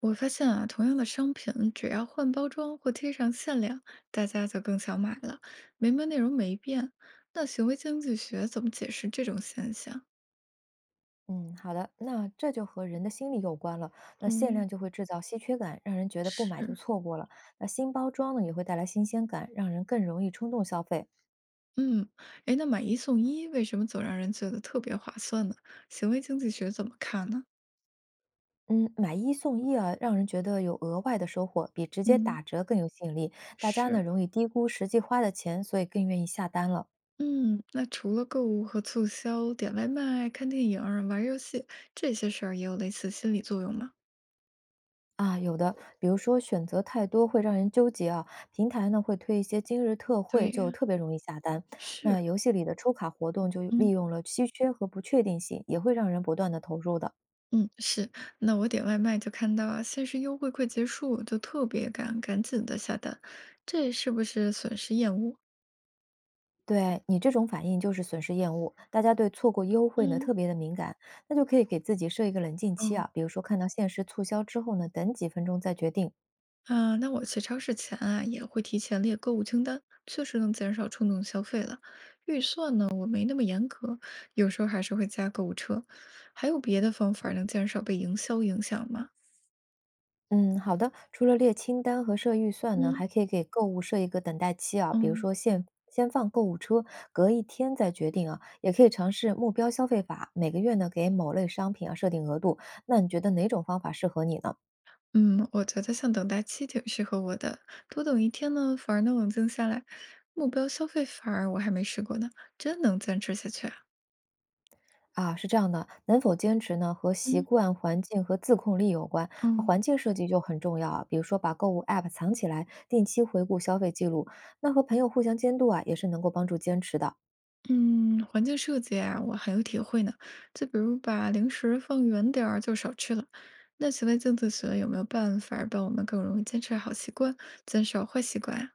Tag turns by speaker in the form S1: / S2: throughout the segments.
S1: 我发现啊，同样的商品，只要换包装或贴上限量，大家就更想买了。明明内容没变，那行为经济学怎么解释这种现象？
S2: 嗯，好的，那这就和人的心理有关了。那
S1: 哦，
S2: 限量就会制造稀缺感，让人觉得不买就
S1: 是，
S2: 错过了。那新包装呢，也会带来新鲜感，让人更容易冲动消费。
S1: 嗯，诶，那买一送一为什么总让人觉得特别划算呢？行为经济学怎么看呢？
S2: 嗯，买一送一啊，让人觉得有额外的收获，比直接
S1: 嗯，
S2: 打折更有吸引力。大家呢
S1: 是，
S2: 容易低估实际花的钱，所以更愿意下单了。
S1: 嗯，那除了购物和促销，点外卖、看电影、玩儿游戏这些事儿，也有类似心理作用吗？
S2: 啊，有的，比如说选择太多会让人纠结啊，平台呢会推一些今日特惠，就
S1: 对，
S2: 特别容易下单。
S1: 是，
S2: 那游戏里的抽卡活动就利
S1: 嗯。
S2: 用了稀缺和不确定性，也会让人不断的投入的。
S1: 嗯，是。那我点外卖就看到啊，限时优惠快结束，就特别赶，赶紧的下单，这是不是损失厌恶？
S2: 对，你这种反应就是损失厌恶，大家对错过优惠呢
S1: 嗯，
S2: 特别的敏感，那就可以给自己设一个冷静期
S1: 哦，
S2: 啊，比如说看到限时促销之后呢，等几分钟再决定。
S1: 啊，那我去超市前啊，也会提前列购物清单，确实能减少冲动消费了。预算呢，我没那么严格，有时候还是会加购物车。还有别的方法能减少被营销影响吗？
S2: 嗯，好的。除了列清单和设预算呢，
S1: 嗯，
S2: 还可以给购物设一个等待期啊，
S1: 哦。
S2: 比如说限，先放购物车，隔一天再决定啊。也可以尝试目标消费法，每个月呢给某类商品啊设定额度。那你觉得哪种方法适合你呢？
S1: 嗯，我觉得像等待期挺适合我的，多等一天呢，反而能冷静下来。目标消费反而我还没试过呢，真能坚持下去啊！
S2: 啊，是这样的，能否坚持呢和习
S1: 嗯
S2: 惯、环境和自控力有关。
S1: 哦，
S2: 啊，环境设计就很重要啊，比如说把购物 App 藏起来，定期回顾消费记录。那和朋友互相监督啊，也是能够帮助坚持的。
S1: 嗯，环境设计啊，我很有体会呢。就比如把零食放远点儿，就少吃了。那行为经济学有没有办法儿帮我们更容易坚持好习惯，减少坏习惯啊？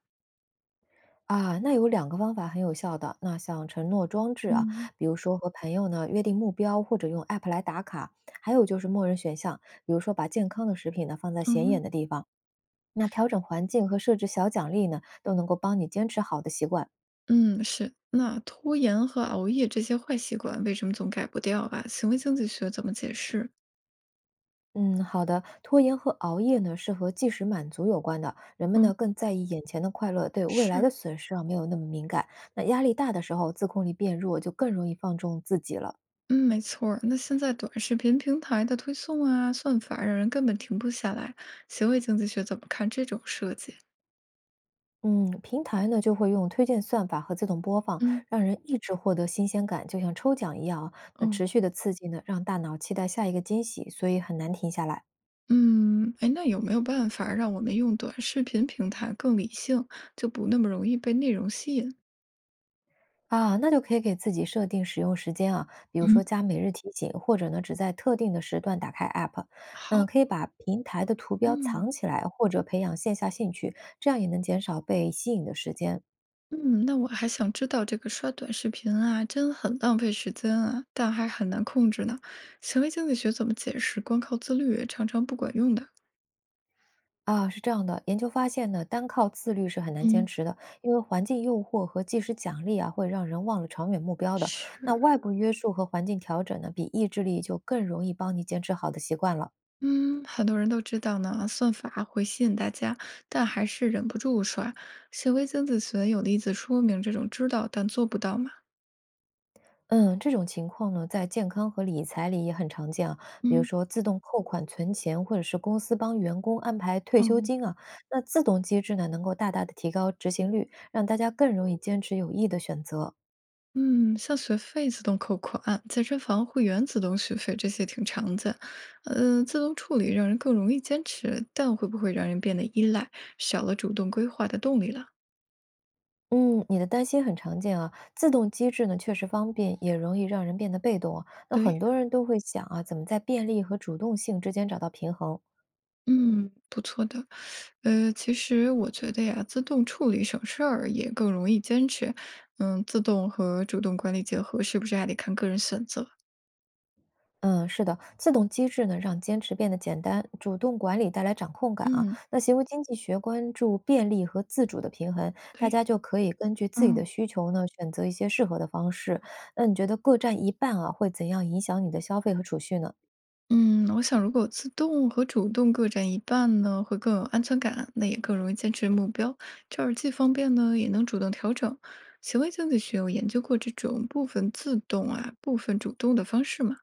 S2: 啊，那有两个方法很有效的。那像承诺装置啊，
S1: 嗯
S2: 比如说和朋友呢约定目标，或者用 app 来打卡；还有就是默认选项，比如说把健康的食品呢放在显眼
S1: 嗯
S2: 的地方。那调整环境和设置小奖励呢，都能够帮你坚持好的习惯。
S1: 嗯，是。那拖延和熬夜这些坏习惯，为什么总改不掉啊？行为经济学怎么解释？
S2: 嗯，好的。拖延和熬夜呢是和即时满足有关的，人们
S1: 嗯，
S2: 呢更在意眼前的快乐，对未来的
S1: 是。
S2: 损失啊没有那么敏感。那压力大的时候，自控力变弱，就更容易放纵自己了。
S1: 嗯，没错儿。那现在短视频平台的推送啊，算法让人根本停不下来。行为经济学怎么看这种设计？
S2: 嗯，平台呢就会用推荐算法和自动播放，
S1: 嗯，
S2: 让人一直获得新鲜感，就像抽奖一样啊。那
S1: 哦，
S2: 持续的刺激呢，让大脑期待下一个惊喜，所以很难停下来
S1: 嗯，哎，那有没有办法让我们用短视频平台更理性，就不那么容易被内容吸引？
S2: 啊。那就可以给自己设定使用时间啊，比如说
S1: 嗯。
S2: 加每日提醒，或者呢只在特定的时段打开 App。嗯，
S1: 好，
S2: 可以把平台的图标
S1: 嗯
S2: 藏起来，或者培养线下兴趣，这样也能减少被吸引的时间。
S1: 嗯，那我还想知道这个刷短视频啊，真很浪费时间啊，但还很难控制呢。行为经济学怎么解释光靠自律常常不管用的？
S2: 啊，是这样的，研究发现呢，单靠自律是很难坚
S1: 嗯，
S2: 持的，因为环境诱惑和即时奖励啊，会让人忘了长远目标的。那
S1: 是，
S2: 外部约束和环境调整呢，比意志力就更容易帮你坚持好的习惯了。
S1: 嗯，很多人都知道呢，算法会吸引大家，但还是忍不住刷。行为经济学有例子说明这种知道但做不到嘛。
S2: 嗯，这种情况呢，在健康和理财里也很常见啊，比如
S1: 嗯，
S2: 说自动扣款存钱，或者是公司帮员工安排退休
S1: 哦，
S2: 金啊。那自动机制呢，能够大大的提高执行率，让大家更容易坚持有益的选择。
S1: 嗯，像学费自动扣款、健身房会员自动续费这些挺常见。自动处理让人更容易坚持，但会不会让人变得依赖，少了主动规划的动力了？
S2: 嗯，你的担心很常见啊。自动机制呢，确实方便，也容易让人变得被动啊。那很
S1: 对，
S2: 多人都会想啊，怎么在便利和主动性之间找到平衡？
S1: 嗯，不错的。其实我觉得呀，自动处理省事儿也更容易坚持。嗯，自动和主动管理结合，是不是还得看个人选择？
S2: 嗯，是的，自动机制呢，让坚持变得简单，主动管理带来掌控感啊。
S1: 嗯
S2: 那行为经济学关注便利和自主的平衡，大
S1: 对，
S2: 家就可以根据自己的
S1: 嗯
S2: 需求呢，选择一些适合的方式。那你觉得各占一半啊，会怎样影响你的消费和储蓄呢？
S1: 嗯，我想如果自动和主动各占一半呢，会更有安全感，那也更容易坚持目标。这儿既方便呢，也能主动调整。行为经济学有研究过这种部分自动啊，部分主动的方式嘛？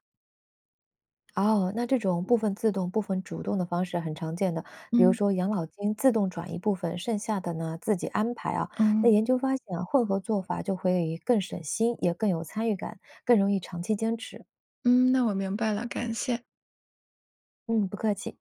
S2: 哦，那这种部分自动、部分主动的方式很常见的，比如
S1: 嗯
S2: 说养老金自动转移部分，剩下的呢自己安排啊。那
S1: 嗯
S2: 研究发现啊，混合做法就会更省心，也更有参与感，更容易长期坚持。
S1: 嗯，那我明白了，感谢。
S2: 嗯，不客气。